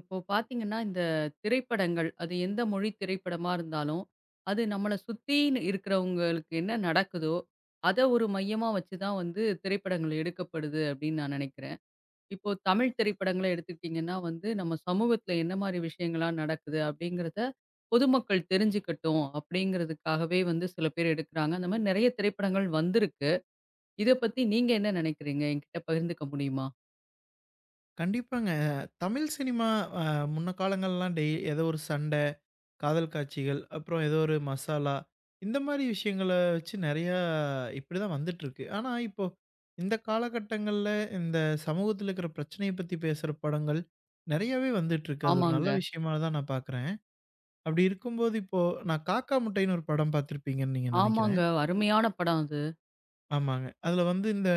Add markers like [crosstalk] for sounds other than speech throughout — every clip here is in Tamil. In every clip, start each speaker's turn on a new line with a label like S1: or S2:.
S1: இப்போ பார்த்தீங்கன்னா, இந்த திரைப்படங்கள், அது எந்த மொழி திரைப்படமா இருந்தாலும், அது நம்மள சுத்தி இருக்கிறவங்களுக்கு என்ன நடக்குதோ, அத ஒரு மையமா வச்சு தான் வந்து திரைப்படங்கள் எடுக்கப்படுது அப்படின்னு நான் நெனைக்கிறேன். இப்போ தமிழ் திரைப்படங்கள எடுத்துக்கிட்டிங்கன்னா வந்து, நம்ம சமூகத்தில என்ன மாரி விஷயங்கள்லாம் நடக்குது அப்படிங்கிறத பொதுமக்கள் தெரிஞ்சுக்கட்டும் அப்படிங்கிறதுக்காகவே வந்து சில பேர் எடுக்குறாங்க. அந்த மாரி நெறைய திரைப்படங்கள் வந்திருக்கு. இத பத்தி நீங்க என்ன நெனைக்கிறீங்க? என்கிட்ட பகிர்ந்துக்க முடியுமா?
S2: கண்டிப்பாங்க. தமிழ் சினிமா அ முன்ன காலங்கள்லாம் டெய் ஏதோ ஒரு சண்டை, காதல் காட்சிகள், அப்புறம் ஏதோ ஒரு மசாலா, இந்த மாரி விஷயங்கள வச்சு நெறையா இப்படிதான் வந்துட்டுருக்கு. ஆனா, இப்போ இந்த காலகட்டங்கள்ல இந்த சமூகத்துல இருக்கிற பிரச்சனைய பத்தி பேசுற படங்கள் நெறையாவே வந்துட்டுருக்கு. அது ஒரு நல்ல
S1: ஆமாங்க,
S2: விஷயமா தான் நான் பார்க்குறேன். அப்படி இருக்கும்போது இப்போ நான் காக்கா முட்டைன்னு ஒரு படம் பார்த்துருப்பீங்கன்னு நீங்க
S1: ஆமாங்க.
S2: நெனைக்கிறேன்.
S1: அருமையான படம் அது.
S2: ஆமாங்க. அதுல வந்து இந்த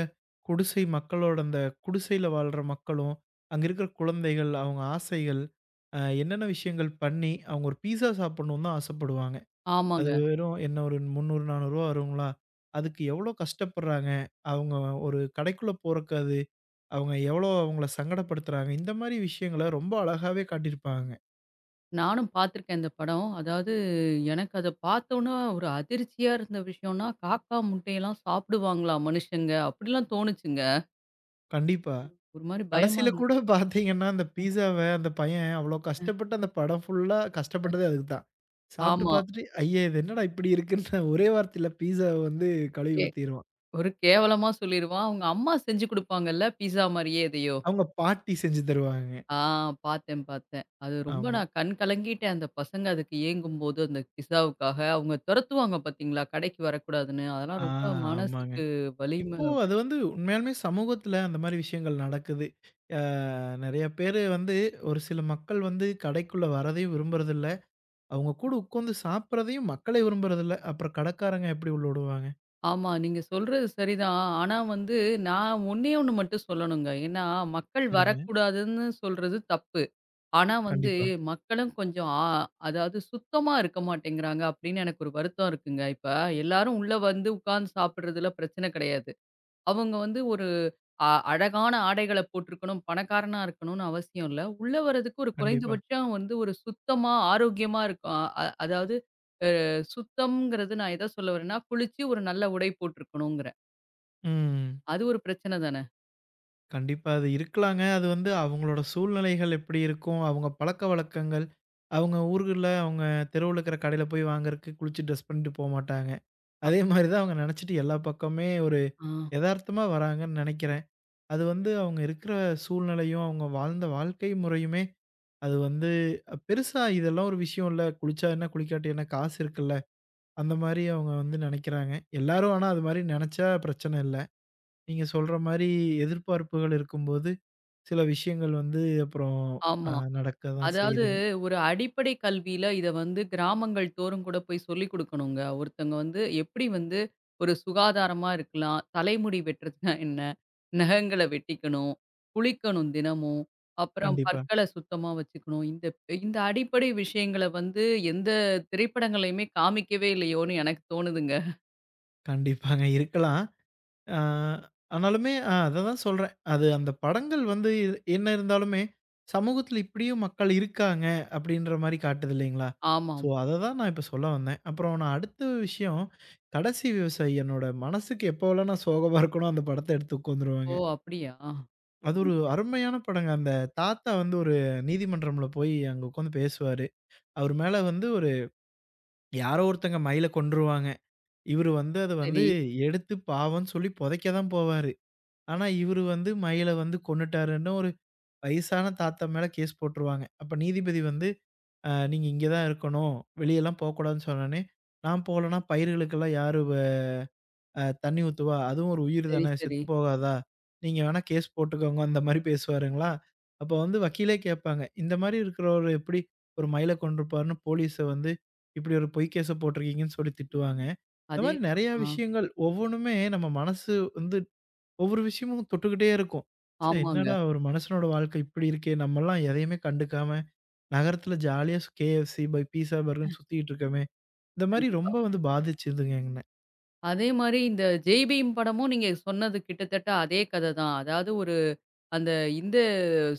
S2: குடிசை மக்களோட அந்த குடிசையில வாழ்ற மக்களும், அங்க இருக்கிற குழந்தைகள், அவங்க ஆசைகள், என்னென்ன விஷயங்கள் பண்ணி, அவங்க ஒரு பீஸா சாப்பிடணும்னு தான் ஆசைப்படுவாங்க. அது
S1: ஆமாங்க.
S2: வெறும் என்ன ஒரு ரூ. 300, 400 வருங்களா? அதுக்கு எவ்வளோ கஷ்டப்படுறாங்க. அவங்க ஒரு கடைக்குள்ள போறக்கு அது அவங்க எவ்வளோ அவங்கள சங்கடப்படுத்துறாங்க. இந்த மாரி விஷயங்கள ரொம்ப அழகாவே காட்டியிருப்பாங்க.
S1: நானும் பார்த்துருக்கேன் இந்த படம். அதாவது எனக்கு அத பார்த்தோன்னா ஒரு அதிர்ச்சியா இருந்த விஷயம்னா, காக்கா முட்டையெல்லாம் சாப்பிடுவாங்களா மனுஷங்க? அப்படிலாம் தோணுச்சுங்க.
S2: கண்டிப்பா.
S1: ஒரு மாரி பயமா
S2: கடைசியில
S1: இருந்தது.
S2: கூட பார்த்தீங்கன்னா, அந்த பீஸாவ அந்த பையன் அவ்ளோ கஷ்டப்பட்டு அந்த படம் ஃபுல்லா கஷ்டப்பட்டதே அதுக்கு தான். சாப்பிட்டு
S1: ஆமா.
S2: பார்த்துட்டு, ஐய! இது என்னடா இப்படி இருக்குன்னு [laughs] ஒரே வார்த்தையில பீஸாவ வந்து கழுவி
S1: கே
S2: ஊத்திருவான்.
S1: ஒரு கேவலமா சொல்லிருவான். அவங்க அம்மா செஞ்சு குடுப்பாங்கல்ல, பீஸா மாரியே எதையோ.
S2: அவங்க பாட்டி செஞ்சு தருவாங்க.
S1: ஆ பார்த்தேன், பார்த்தேன். அது ரொம்ப
S2: ஆமா.
S1: நான் கண் கலங்கிட்டேன். அந்த பசங்க அதுக்கு ஏங்கும்போது, அந்த பிஸாவுக்காக. அவங்க தொரத்துவாங்க பார்த்தீங்களா? கடைக்கு வரக்கூடாதுன்னு.
S2: ஆ
S1: அதெல்லாம் ரொம்ப
S2: ஆமாங்க.
S1: மனசுக்கு வலி.
S2: இப்போ அது வந்து உண்மையாலுமே சமூகத்தில அந்த மாரி விஷயங்கள் நடக்குது. ஆ நெறைய பேரு வந்து ஒரு சில மக்கள் வந்து கடைக்குள்ள வரதையும் விரும்புறதில்ல. அவங்க கூட உட்காந்து சாப்பிடுறதையும் மக்களே விரும்புறதில்ல. அப்புறம் கடைக்காரங்க எப்படி உள்ள விடுவாங்க?
S1: ஆமா. நீங்க சொல்றது சரிதான். ஆனா வந்து நான் ஒண்ணே ஒண்ணு மட்டும் சொல்லணுங்க. ஏன்னா, மக்கள்
S2: சரிங்க.
S1: வரக்கூடாதுன்னு சொல்றது தப்பு. ஆனா வந்து
S2: கண்டிப்பா,
S1: மக்களும் கொஞ்சம் அதாவது சுத்தமா இருக்க மாட்டேங்கிறாங்க அப்படின்னு எனக்கு ஒரு வருத்தம் இருக்குங்க. இப்ப எல்லாரும் உள்ள வந்து உட்கார்ந்து சாப்பிடுறதுல பிரச்சனை கிடையாது. அவங்க வந்து ஒரு அழகான ஆடைகள போட்டிருக்கணும், பணக்காரனா இருக்கணும்னு அவசியம் இல்ல. உள்ள வர்றதுக்கு ஒரு
S2: கண்டிப்பா.
S1: குறைந்தபட்சம் வந்து ஒரு சுத்தமா, ஆரோக்கியமா இருக்கும். அ அ- அதாவது சுத்தம்ங்கிறது நான் எத சொல்ல வரேன்னா, குளிச்சு ஒரு நல்ல உடை போட்டிருக்கணுங்கிறேன்.
S2: ம்.
S1: அது ஒரு பிரச்சனை தானே!
S2: கண்டிப்பா அது இருக்கலாங்க. அது வந்து அவங்களோட சூழ்நிலைகள் எப்படி இருக்கும்? அவங்க பழக்கவழக்கங்கள், அவங்க ஊர்கள்ல அவங்க தெருவுல இருக்கிற கடையில போய் வாங்குறக்கு குளிச்சு ட்ரெஸ் பண்ணிட்டு போமாட்டாங்க. அதே மாரி தான் அவங்க நெனச்சுட்டு எல்லா பக்கமே ஒரு
S1: ஆ.
S2: எதார்த்தமா வராங்கன்னு நெனைக்கிறேன். அது வந்து அவங்க இருக்கிற சூழ்நிலையும், அவங்க வாழ்ந்த வாழ்க்கை முறையுமே அது வந்து பெருசா இதெல்லாம் ஒரு விஷயம் இல்ல. குளிச்சா என்ன? குளிக்காட்டி என்ன? காசு இருக்குல்ல. அந்த மாரி அவங்க வந்து நெனைக்கிறாங்க. எல்லாரும் ஆனா அது மாரி நெனச்சா பிரச்சனை இல்ல. நீங்க சொல்ற மாரி எதிர்பார்ப்புகள் இருக்கும்போது, சில விஷயங்கள் வந்து அப்புறம் அ
S1: ஆமா.
S2: நடக்க தான்
S1: அதாவது
S2: செய்யுதுங்க.
S1: ஒரு அடிப்படை கல்வியில இத வந்து கிராமங்கள் தோறும் கூட போய் சொல்லிக் குடுக்கணுங்க. ஒருத்தங்க வந்து எப்படி வந்து ஒரு சுகாதாரமா இருக்கலாம், தலைமுடி வெட்டுறதுனா என்ன? நகங்கள வெட்டிக்கணும், குளிக்கணும் தினமும், அப்புறம்
S2: கண்டிப்பா,
S1: பற்கள சுத்தமா வச்சுக்கணும். இந்த இந்த அடிப்படை விஷயங்கள வந்து எந்த திரைப்படங்கள்லயுமே காமிக்கவே இல்லையோன்னு எனக்கு தோணுதுங்க.
S2: கண்டிப்பாங்க இருக்கலாம். ஆ ஆனாலுமே அததான் சொல்றேன். அது அந்த படங்கள் வந்து என்ன இருந்தாலுமே, சமூகத்தில இப்படியும் மக்கள் இருக்காங்க அப்படின்ற மாரி காட்டுது இல்லைங்களா? ஸோ
S1: ஆமாமா.
S2: அத தான் நான் இப்ப சொல்ல வந்தேன். அப்புறம் நான் அடுத்த விஷயம், கடைசி விவசாயி என்னோட மனசுக்கு எப்போலாம் நான் சோகமா இருக்கனோ அந்த படத்த எடுத்து
S1: ஓ!
S2: உட்காந்துருவேங்க.
S1: அப்படியா?
S2: அது
S1: சரி,
S2: ஒரு அருமையான படங்க. அந்த தாத்தா வந்து ஒரு நீதிமன்றம்ல போய் அங்க உட்காந்து பேசுவாரு. அவரு மேல வந்து ஒரு யாரோ ஒருத்தங்க மயில கொன்றுருவாங்க. இவரு வந்து அத வந்து
S1: சரி,
S2: எடுத்து பாவம்ன்னு சொல்லி புதைக்க தான் போவாரு. ஆனா, இவரு வந்து மயில வந்து கொன்னுட்டாருன்னு ஒரு வயசான தாத்தா மேல கேஸ் போட்டுருவாங்க. அப்ப நீதிபதி வந்து, நீங்க இங்க தான் இருக்கணும். வெளியலாம் போக்கூடாதுன்னு" சொன்னோனே, "நான் போலனா பயிர்களுக்கெல்லாம் யாரு தண்ணி ஊத்துவா, அதுவும் ஒரு உயிர்
S1: சரி,
S2: தானே செத்து
S1: சரி.
S2: போகாதா? நீங்க வேணா கேஸ் போட்டுக்கோங்க." அந்த மாரி பேசுவாருங்களா. அப்ப வந்து வக்கீலே கேட்பாங்க, "இந்த மாரி இருக்கிறவரு எப்படி ஒரு மயில கொன்றுப்பார்ன்னு போலீஸ வந்து இப்படி ஒரு பொய் கேஸ போட்டிருக்கீங்கன்னு" சொல்லி திட்டுவாங்க. இந்த மாரி
S1: அதேதான்.
S2: நெறையா
S1: ஆ.
S2: விஷயங்கள் ஒவ்வொன்னுமே நம்ம மனசு வந்து ஒவ்வொரு விஷயமும் தொட்டுக்கிட்டே இருக்கும். ச்சே
S1: ஆமாங்க.
S2: என்னடா ஒரு மனுஷனோட வாழ்க்கை இப்படி இருக்கே! நம்மலாம் எதையுமே கண்டுக்காம நகரத்துல ஜாலியா KFC பை பீஸா பர்கர்ன்னு சுத்திட்டு இருக்கோமே! இந்த மாரி
S1: கண்டிப்பா.
S2: ரொம்ப வந்து பாதிச்சுதுங்க
S1: அதே மாரி இந்த ஜெய் பீம் படமும் நீங்க சொன்னது கிட்டத்தட்ட அதே கதை தான். அதாவது ஒரு அந்த இந்து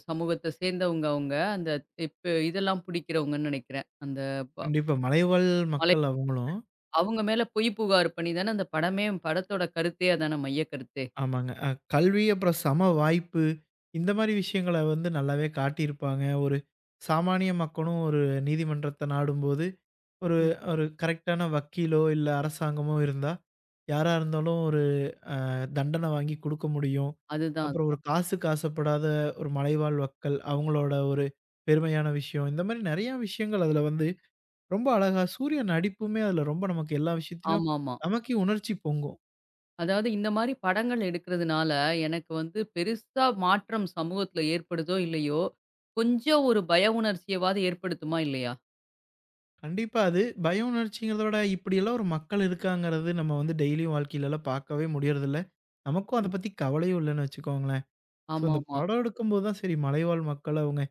S1: சமூகத்த சேர்ந்தவங்க அவங்க. அந்த இப்ப இதெல்லாம் பிடிக்கிறவங்கன்னு நெனைக்கிறேன். அந்த ப
S2: கண்டிப்பா. மலைவாழ்
S1: மலை
S2: மக்கள் அவங்களும்.
S1: அவங்க மேல பொய் புகார் பண்ணி தானே அந்த படமே படத்தோட கருத்தே அதான மைய கருத்தே.
S2: ஆமாங்க. கல்வி அப்புறம் சம வாய்ப்பு, இந்த மாரி விஷயங்கள வந்து நல்லாவே காட்டியிருப்பாங்க. ஒரு சாமானிய மக்களும் ஒரு நீதிமன்றத்த நாடும்போது, ஒரு
S1: ம்.
S2: ஒரு கரெக்ட்டான வக்கீலோ, இல்ல அரசாங்கமோ இருந்தா, யாரா இருந்தாலும் ஒரு அ தண்டனை வாங்கி குடுக்க முடியும்.
S1: அதுதான்.
S2: அப்புறம் ஒரு காசுக்கு ஆசைப்படாத ஒரு மலைவாழ் மக்கள், அவங்களோட ஒரு பெருமையான விஷயம். இந்த மாரி நெறையா விஷயங்கள் அதுல வந்து ரொம்ப அழகா சூர்யா நடிப்புமே அதுல ரொம்ப நமக்கு எல்லா விஷயத்திலும்
S1: ஆமாமா.
S2: நமக்கே உணர்ச்சி பொங்கும்.
S1: அதாவது இந்த மாரி படங்கள் எடுக்கிறதுனால எனக்கு வந்து பெருசா மாற்றம் சமூகத்துல ஏற்படுதோ இல்லையோ, கொஞ்சம் ஒரு பய உணர்ச்சியவாது ஏற்படுத்துமா இல்லையா?
S2: கண்டிப்பா. அது பய உணர்ச்சிங்கிறத விட, இப்படியெல்லாம் ஒரு மக்கள் இருக்காங்கிறது நம்ம வந்து டெய்லியும் வாழ்க்கையிலலாம் பார்க்கவே முடியறதில்ல. நமக்கும் அத பத்தி கவலையும் இல்லன்னு வச்சுக்கோங்களேன். ஸோ, இந்த
S1: ஆமாமா.
S2: படம் எடுக்கும்போது தான் சரி மலைவாழ் மக்கள் அவங்க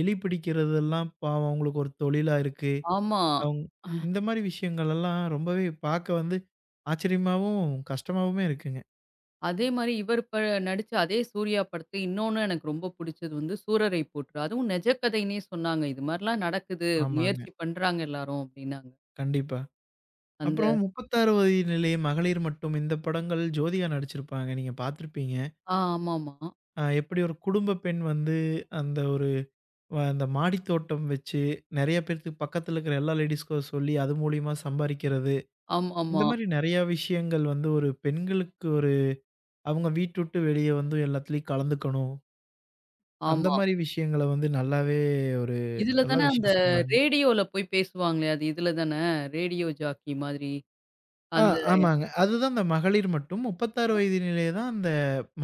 S2: எலி பிடிக்கிறதெல்லாம் பாவம் அவங்களுக்கு ஒரு தொழிலா இருக்கு.
S1: ஆமா. ஆமா.
S2: அவங்க இந்த மாரி விஷயங்கள் எல்லாம் ரொம்பவே பார்க்க வந்து ஆச்சரியமாவும், கஷ்டமாவுமே இருக்குங்க.
S1: அதே மாரி இவர் இப்ப நடிச்ச அதே சூர்யா படத்துல இன்னொன்னு எனக்கு ரொம்ப புடிச்சது வந்து சூரரை போற்று. அதுவும் நெஜ கதைன்னே சொன்னாங்க. இது மாரிலாம் நடக்குது.
S2: ஆமாங்க.
S1: முயற்சி பண்றாங்க எல்லாரும் அப்டின்னாங்க.
S2: கண்டிப்பா.
S1: அந்த
S2: அப்புறம் 36 வயது நிலை, மகளிர் மட்டும் இந்த படங்கள் ஜோதிகா நடிச்சிருப்பாங்க. நீங்க பார்த்திருப்பீங்க.
S1: ஆ. ஆமாமா.
S2: எப்படி ஒரு குடும்ப பெண் வந்து அந்த ஒரு அந்த மாடி தோட்டம் வச்சு, நெறைய பேர்த்துக்கு பக்கத்துல இருக்கிற எல்லா லேடீஸ்க்கும் சொல்லி, அது மூலியமா சம்பாரிக்கிறது.
S1: ஆமாமா.
S2: இந்த
S1: ஆமா.
S2: மாரி நெறைய விஷயங்கள் வந்து ஒரு பெண்களுக்கு ஒரு அவங்க வீட்ட விட்டு வெளிய வந்து எல்லாத்துலயும் கலந்துக்கணும். அந்த
S1: ஆமா.
S2: மாரி விஷயங்கள வந்து நல்லாவே ஒரு
S1: இதுல
S2: நல்ல
S1: தானே அந்த
S2: விஷயம் சொன்னாங்க.
S1: ரேடியோல போய் பேசுவாங்களே அது இதுல தானே? ரேடியோ ஜாக்கி மாதிரி.
S2: ஆ
S1: அந்த
S2: ஆமாங்க. அதுதான் அந்த மகளிர் மட்டும் 36 வயதினிலே தான் அந்த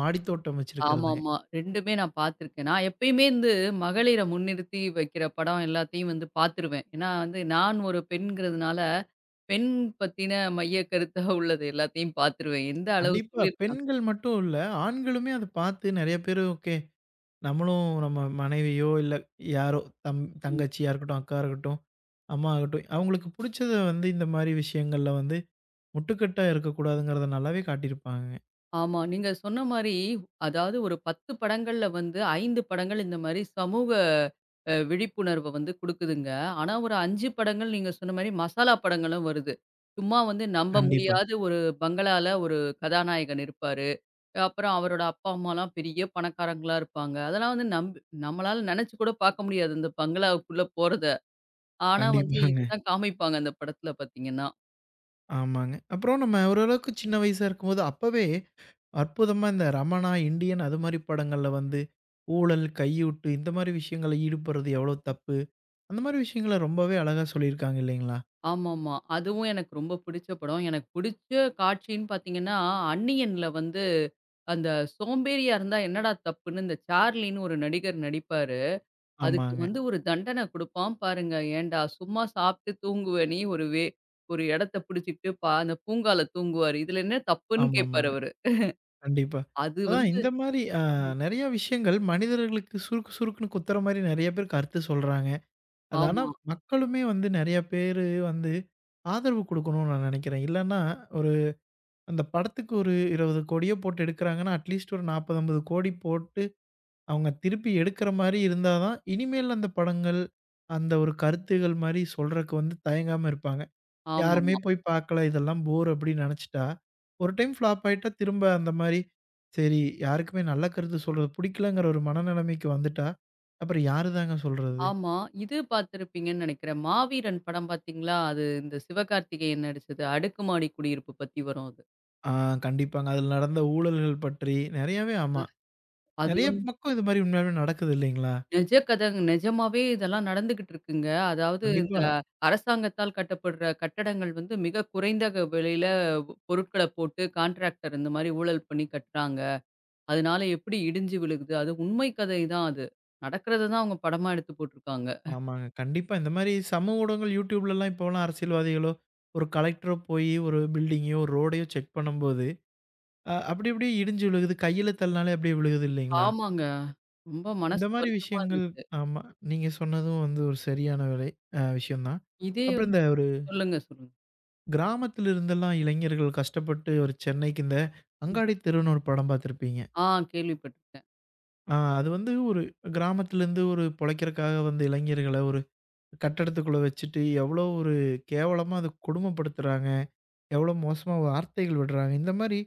S2: மாடி தோட்டம் வச்சிருக்கிறதுங்க.
S1: ஆமாமா. 2மே நான் பார்த்துருக்கேன். நான் எப்பயுமே வந்து மகளிர முன்னிறுத்தி வைக்கிற படம் எல்லாத்தையும் வந்து பார்த்துருவேன். ஏன்னா வந்து நான் ஒரு பெண்ங்கிறதுனால, பெண் பத்தின மைய கருத்தா உள்ளது எல்லாத்தையும் பார்த்துருவேன். எந்த அளவு
S2: கண்டிப்பா
S1: சொல்லியிருக்காங்க.
S2: பெண்கள் மட்டும் இல்ல, ஆண்களுமே அத பார்த்து நெறைய பேரு ஓகே நம்மளும் நம்ம மனைவியோ, இல்ல யாரோ தம்
S1: ம்.
S2: தங்கச்சியா இருக்கட்டும், அக்கா இருக்கட்டும், அம்மா ஆகட்டும், அவங்களுக்கு புடிச்சத வந்து இந்த மாரி விஷயங்கள்ல வந்து முட்டுக்கட்டா இருக்கக்கூடாதுங்கிறத நல்லாவே காட்டியிருப்பாங்க.
S1: ஆமா. நீங்க சொன்ன மாரி, அதாவது ஒரு 10 படங்கள்ல வந்து 5 படங்கள் இந்த மாரி சமூக விழிப்புணர்வ வந்து குடுக்குதுங்க. ஆனா ஒரு 5 படங்கள் நீங்க சொன்ன மாரி மசாலா படங்களும் வருது. சும்மா வந்து நம்ப
S2: கண்டிப்பா,
S1: முடியாத ஒரு பங்களால ஒரு கதாநாயகன் இருப்பாரு. அப்புறம் அவரோட அப்பா, அம்மாலாம் பெரிய பணக்காரங்களா இருப்பாங்க. அதெல்லாம் வந்து நம்பி நம்மளால நினைச்சு கூட பார்க்க முடியாது, அந்த பங்களாவுக்குள்ள போறத. ஆனா வந்து
S2: கண்டிப்பாங்க.
S1: இதுதான் காமிப்பாங்க அந்த படத்துல பார்த்தீங்கன்னா.
S2: ஆமாங்க. அப்புறம் நம்ம ஓரளவுக்கு சின்ன வயசா இருக்கும்போது அப்பவே அற்புதமா இந்த ரமணா, இண்டியன் அது மாரி படங்கள்ல வந்து ஊழல், கையூட்டு இந்த மாரி விஷயங்கள்ல ஈடுபடுறது எவ்வளோ தப்பு, அந்த மாரி விஷயங்கள ரொம்பவே அழகா சொல்லியிருக்காங்க இல்லைங்களா?
S1: ஆமாமா. அதுவும் எனக்கு ரொம்ப பிடிச்ச படம். எனக்கு பிடிச்ச காட்சின்னு பார்த்தீங்கன்னா, அந்நியன்ல வந்து அந்த சோம்பேறியா இருந்தா என்னடா தப்புன்னு இந்த சார்லின்னு ஒரு நடிகர் நடிப்பாரு. அதுக்கு
S2: ஆமாங்க.
S1: வந்து ஒரு தண்டனை குடுப்பான் பாருங்க. ஏன்டா சும்மா சாப்பிட்டு தூங்குவ நீ ஒரு ஒரு இடத்த பிடிச்சுக்கிட்டு அந்த பூங்கால தூங்குவாரு. இதுல என்ன தப்புன்னு கேட்பாரு
S2: ஆமாமாங்க.
S1: அவரு.
S2: கண்டிப்பா.
S1: அது
S2: அதான்
S1: வந்து
S2: இந்த மாரி நெறைய விஷயங்கள் மனிதர்களுக்கு சுருக்கு சுருக்குன்னு குத்துற மாரி நெறைய பேர் கருத்து சொல்றாங்க. அது ஆனா
S1: ஆமா.
S2: மக்களுமே வந்து நெறைய பேரு வந்து ஆதரவு குடுக்கணும்னு நான் நெனைக்கிறேன். இல்லன்னா ஒரு அந்த படத்துக்கு ஒரு 20,00,00,000 போட்டு எடுக்குறாங்கன்னா, அட்லீஸ்ட் ஒரு 40, 50,00,00,000 போட்டு அவங்க திருப்பி எடுக்குற மாரி இருந்தா தான், இனிமேல் அந்த படங்கள், அந்த ஒரு கருத்துகள் மாரி சொல்றக்கு வந்து தயங்காம இருப்பாங்க. யாருமே
S1: ஆமாமா.
S2: போய் பார்க்கல. இதெல்லாம் போர் அப்படின்னு நெனச்சுட்டா, ஒரு டைம் ஃப்ளாப் ஆயிட்டா திரும்ப அந்த மாரி, சரி யாருக்குமே நல்ல கருத்து சொல்றது புடிக்கலங்கிற ஒரு மனநிலைமைக்கு வந்துட்டா, அப்புறம் யாரு தாங்க சொல்றது?
S1: ஆமா. இது பார்த்திருப்பீங்கன்னு நெனைக்கிறேன். மாவீரன் படம் பார்த்தீங்களா? அது இந்த சிவகார்த்திகேயன் நடிச்சது. அடுக்குமாடி குடியிருப்பு பத்தி வரும் அது.
S2: ஆ கண்டிப்பாங்க. அதில நடந்த ஊழல்கள் பற்றி நெறையாவே ஆமா.
S1: அ. அது
S2: நெறைய
S1: வந்து
S2: பக்கம் இது மாரி உண்மையாவே நடக்குது இல்லைங்களா?
S1: நிஜ கதங்க நிஜமாவே இதெல்லாம் நடந்துகிட்டு இருக்குங்க. அதாவது இந்த
S2: கண்டிப்பா
S1: அரசாங்கத்தால் கட்டப்படுற கட்டடங்கள் வந்து மிக குறைந்த விலையில பொருட்கள போட்டு கான்ட்ராக்டர் இந்த மாரி ஊழல் பண்ணி கட்டுறாங்க. அதனால எப்படி இடிஞ்சு விழுகுது. அது உண்மை கதை தான் அது. நடக்கிறத தான் அவங்க படமா எடுத்து போட்டுருக்காங்க.
S2: ஆமாங்க. கண்டிப்பா இந்த மாரி சமூக ஊடகங்கள் YouTubeலலாம் இப்போலாம் அரசியல்வாதிகளோ, ஒரு கலெக்டரோ போயி ஒரு பில்டிங்கையோ, ஒரு ரோடையோ செக் பண்ணும்போது, அப்படி அப்படியே இடிஞ்சு விழுகுது. கையில தள்ளினாலே அப்படியே விழுகுது இல்லைங்களா?
S1: ஆமாங்க. ரொம்ப
S2: இந்த
S1: மனசு
S2: மாரி
S1: வருத்தமா
S2: விஷயங்கள்
S1: இருந்துச்சு.
S2: ஆமா. நீங்க சொன்னதும் வந்து ஒரு சரியான விலை விஷயம் தான்.
S1: இதே
S2: அப்புறம்
S1: வந்து
S2: இந்த ஒரு
S1: சொல்லுங்க, சொல்லுங்க.
S2: கிராமத்துல இருந்தெல்லாம் இளைஞர்கள் கஷ்டப்பட்டு ஒரு சென்னைக்கு இந்த
S1: ம்.
S2: அங்காடி தெருன்னு ஒரு படம் பார்த்துருப்பீங்க.
S1: ஆ கேள்விப்பட்டுருக்கேன்.
S2: அது வந்து ஒரு கிராமத்துலேருந்து ஒரு பொழைக்கிறக்காக வந்த இளைஞர்கள ஒரு கட்டடத்துக்குள்ள வச்சுட்டு எவ்வளோ ஒரு கேவலமா அத கொடுமைப்படுத்துறாங்க. எவ்வளோ மோசமா வார்த்தைகள் விடுறாங்க. இந்த மாரி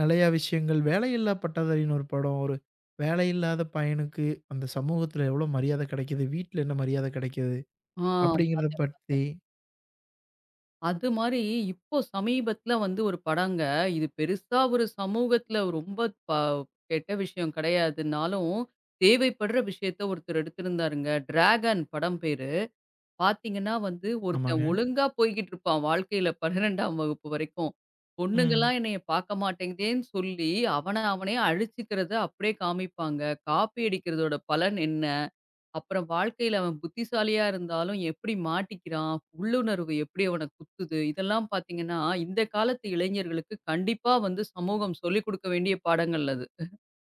S2: நெறையா விஷயங்கள். வேலையில்லா பட்டதாரின்னு ஒரு படம். ஒரு வேலை இல்லாத பையனுக்கு அந்த சமூகத்துல எவ்வளோ மரியாதை கிடைக்குது. வீட்ல என்ன மரியாதை கிடைக்குது.
S1: ஆ. ம்.
S2: அப்படிங்கிறத
S1: பார்த்தேன்,
S2: பத்தி
S1: பார்த்தேன். அது மாரி இப்போ சமீபத்தில வந்து ஒரு படங்க, இது பெருசா ஒரு சமூகத்தில ரொம்ப ப கெட்ட விஷயம் கிடையாதுன்னாலும், தேவைப்படுற விஷயத்த ஒருத்தர் எடுத்திருந்தாருங்க. டிராகன் படம் பேரு. பார்த்தீங்கன்னா வந்து
S2: ஆமாங்க.
S1: ஒருத்தன் ஒழுங்கா போய்க்கிட்டு இருப்பான் வாழ்க்கையில 12ஆம் வகுப்பு வரைக்கும்.
S2: ம்.
S1: பொண்ணுங்கலாம் என்னைய பார்க்க மாட்டேங்குதேன்னு சொல்லி, அவன அவனே அழிச்சுக்கிறத அப்படியே காமிப்பாங்க. காப்பி அடிக்கிறதோட பலன் என்ன? அப்புறம் வாழ்க்கையில அவன் புத்திசாலியா இருந்தாலும் எப்படி மாட்டிக்கிறான், உள்ளுணர்வு எப்படி அவன குத்துது, இதெல்லாம் பார்த்தீங்கன்னா, இந்த காலத்து இளைஞர்களுக்கு கண்டிப்பா வந்து சமூகம் சொல்லிக் குடுக்க வேண்டிய பாடங்கள் அது.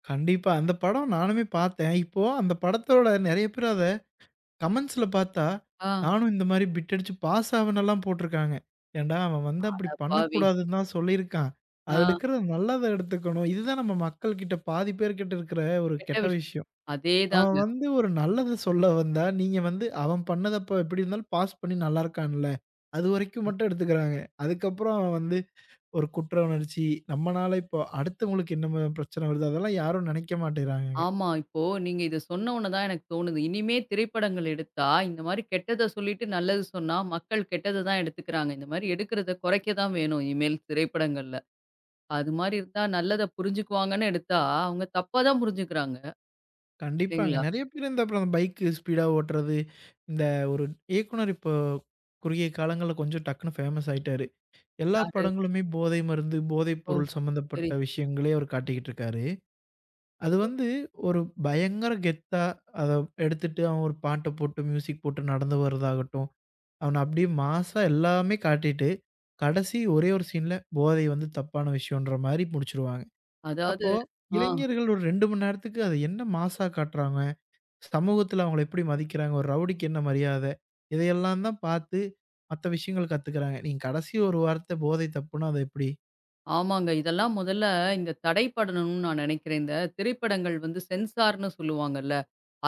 S2: கண்டிப்பா. அந்த படம் நானுமே பார்த்தேன். இப்போ அந்த படத்தோட நெறைய பேர் அத கமெண்ட்ஸ்ல பார்த்தா,
S1: ஆ,
S2: நானும் இந்த மாரி பிட் அடிச்சு பாஸ் ஆவேனெல்லாம் போட்டுருக்காங்க. ஏன்டா அவன் வந்து அப்படி
S1: அட பாவி!
S2: பண்ணக்கூடாதுன்னு தான் சொல்லியிருக்கான்.
S1: ஆ,
S2: அதுல இருக்கிறத நல்லத எடுத்துக்கணும். இதுதான் நம்ம மக்கள் கிட்ட பாதி பேர்கிட்ட இருக்கிற ஒரு
S1: கெட்ட
S2: கெட்ட
S1: விஷயம்.
S2: விஷயம். அவன்
S1: அதேதாங்க.
S2: வந்து ஒரு நல்லத சொல்ல வந்தா, நீங்க வந்து அவன் பண்ணத அப்ப எப்படி இருந்தாலும் பாஸ் பண்ணி நல்லா இருக்கான்ல. அதுவரைக்கும் மட்டும் எடுத்துக்கிறாங்க. அதுக்கப்புறம் அவன் வந்து ஒரு குற்ற உணர்ச்சி, நம்மனால இப்போ அடுத்தவங்களுக்கு என்ன பிரச்சனை வருது, அதெல்லாம் யாரும் நினைக்க மாட்டேங்கிறாங்கங்க.
S1: ஆமா, இப்போ நீங்க இத சொன்ன உடனே தான் எனக்கு தோணுது. இனிமே திரைப்படங்கள் எடுத்தா, இந்த மாரி கெட்டத சொல்லிட்டு நல்லது சொன்னா, மக்கள் கெட்டத தான் எடுத்துக்கிறாங்க. இந்த மாரி எடுக்கிறத குறைக்க தான் வேணும் இனிமேல் திரைப்படங்கள்ல. அது மாரி இருந்தா நல்லத புரிஞ்சுக்குவாங்கன்னு எடுத்தா, அவங்க தப்பா தான் புரிஞ்சுக்கிறாங்க.
S2: கண்டிப்பாங்க.
S1: இல்லைங்களா?
S2: நெறைய பேர் இந்த அப்புறம் பைக் ஸ்பீடா ஓட்டுறது, இந்த ஒரு இயக்குனர் இப்போ குறுகிய காலங்கள்ல கொஞ்சம் டக்குனு ஃபேமஸ் ஆயிட்டாரு. எல்லா
S1: யாரு?
S2: படங்களுமே போதை மருந்து, போதைப்
S1: ஓ!
S2: பொருள்
S1: சரி,
S2: சம்மந்தப்பட்ட விஷயங்களே அவர் காட்டிக்கிட்டு இருக்காரு. அது
S1: சரி.
S2: வந்து ஒரு பயங்கர கெத்தா அத எடுத்துட்டு அவன் ஒரு பாட்ட போட்டு, மியூசிக் போட்டு நடந்து வரதாகட்டும், அவன அப்படியே மாஸா எல்லாமே காட்டிட்டு, கடைசி ஒரே ஒரு சீன்ல போதை வந்து தப்பான விஷயம்ன்ற மாரி முடிச்சுருவாங்க.
S1: அதாவது
S2: அப்போ
S1: ஆ
S2: இளைஞர்கள் ஒரு 2 மணி நேரத்துக்கு அத என்ன மாஸா காட்டுறாங்க? சமூகத்துல அவங்கள எப்படி மதிக்கிறாங்க? ஒரு ரவுடிக்கு என்ன மரியாத? இதையெல்லாம் தான் பார்த்து மத்த விஷயங்கள் கத்துக்கிறாங்க. நீங்க கடைசி ஒரு வார்த்தை போதை தப்புன்னா அது எப்படி?
S1: ஆமாங்க. இதெல்லாம் முதல்ல இந்த தடைப்படணும்னு நான் நினைக்கிறேன். இந்த திரைப்படங்கள் வந்து சென்சார்ன்னு சொல்லுவாங்கல்ல.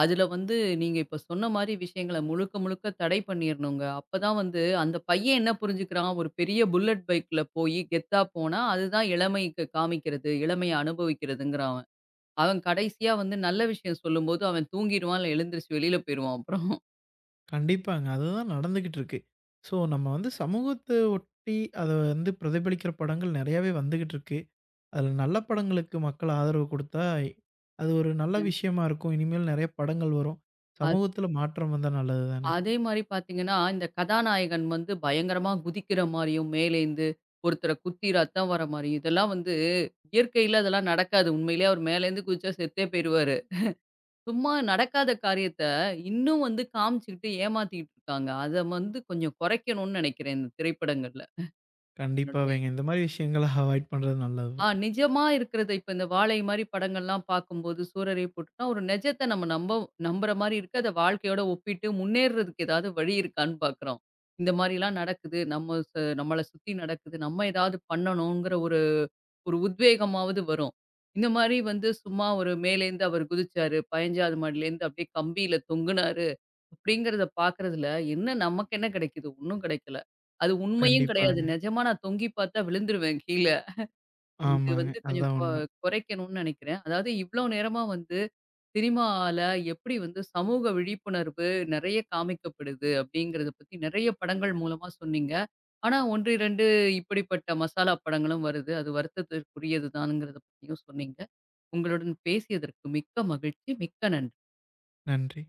S1: அதுல வந்து நீங்க இப்ப சொன்ன மாரி விஷயங்கள முழுக்க முழுக்க தடை பண்ணிரணுங்க. அப்பதான் வந்து அந்த பையன் என்ன புரிஞ்சுக்கிறான், ஒரு பெரிய புல்லட் பைக்ல போயி கெத்தா போனா, அதுதான் இளமைக்கு காமிக்கிறது. இளமைய அனுபவிக்கிறதுங்கிறான் அவன். அவன் கடைசியா வந்து நல்ல விஷயம் சொல்லும்போது, அவன் தூங்கிருவான், இல்ல எழுந்திரிச்சு வெளியில போயிருவான்
S2: கண்டிப்பாங்க. அதுதான் நடந்துகிட்டு இருக்கு. ஸோ நம்ம வந்து சமூகத்த ஒட்டி அத வந்து பிரதிபலிக்கிற படங்கள் நெறையாவே வந்துகிட்டு இருக்கு. அதுல நல்ல படங்களுக்கு மக்கள் ஆதரவு குடுத்தா, அது ஒரு நல்ல
S1: அப்புறம்.
S2: விஷயமா இருக்கும். இனிமேல் நெறைய படங்கள் வரும். சமூகத்துல மாற்றம் வந்தா நல்லது தானே!
S1: அதே மாரி பார்த்தீங்கன்னா, இந்த கதாநாயகன் வந்து பயங்கரமா குதிக்கிற மாரியும், மேலேந்து ஒருத்தர குத்தி ரத்தம் வர மாரி, இதெல்லாம் வந்து இயற்கையில அதெல்லாம் நடக்காது. உண்மையிலேயே அவர் மேலேருந்து குதிச்சா செத்தே போயிருவாரு. சும்மா நடக்காத காரியத்த, இன்னும் வந்து காமிச்சுக்கிட்டு ஏமாத்திக்கிட்டு இருக்காங்க. அத வந்து கொஞ்சம் குறைக்கணும்னு நெனைக்கிறேன் இந்த திரைப்படங்கள்ல. என்னுடைய
S2: கண்டிப்பாவேங்க. இந்த மாரி விஷயங்கள [laughs] அவாய்ட் பண்றது நல்லது
S1: ஆ
S2: தான்.
S1: நிஜமா இருக்கிறத இப்ப இந்த வாழை மாரி படங்கள்லாம் பார்க்கும்போது, சூரரை போட்டுட்டா ஒரு நிஜத்த நம்ம நம்புற மாரி இருக்கு. அத வாழ்க்கையோட ஒப்பிட்டு முன்னேறுறதுக்கு ஏதாவது வழி இருக்கான்னு பார்க்குறோம். இந்த மாரிலாம் நடக்குது. நம்மள சுத்தி நடக்குது. நம்ம ஏதாவது பண்ணணுங்கிற ஒரு ஒரு உத்வேகமாவது வரும். இந்த மாரி வந்து சும்மா ஒரு மேலேருந்து அவர் குதிச்சாரு. 15வது மாடியிலேருந்து அப்படியே கம்பியில தொங்குனாரு. அப்படிங்கிறத பார்க்கறதுல என்ன நமக்கு என்ன கிடைக்குது? ஒண்ணும் கிடைக்கல. அது உண்மையும் கிடையாது.
S2: கண்டிப்பாங்க.
S1: நிஜமா நான் தொங்கி பார்த்தா விழுந்துருவேன் கீழ. இது
S2: ஆமாங்க.
S1: வந்து கொஞ்சம்
S2: அதான் உண்ம.
S1: குறைக்கணும்னு நினைக்கிறேன். அதாவது இவ்ளோ நேரமா வந்து சினிமால எப்படி வந்து சமூக விழிப்புணர்வு நெறைய காமிக்கப்படுது அப்படிங்கிறத பத்தி நெறைய படங்கள் மூலமா சொன்னீங்க. ஆனா 1, 2 இப்படிப்பட்ட மசாலா படங்களும் வருது. அது வருத்தத்திற்குரியது தான்ங்கிறத பத்தியும் சொன்னீங்க. உங்களுடன் பேசியதற்கு மிக்க மகிழ்ச்சி. மிக்க நன்றி.
S2: நன்றி.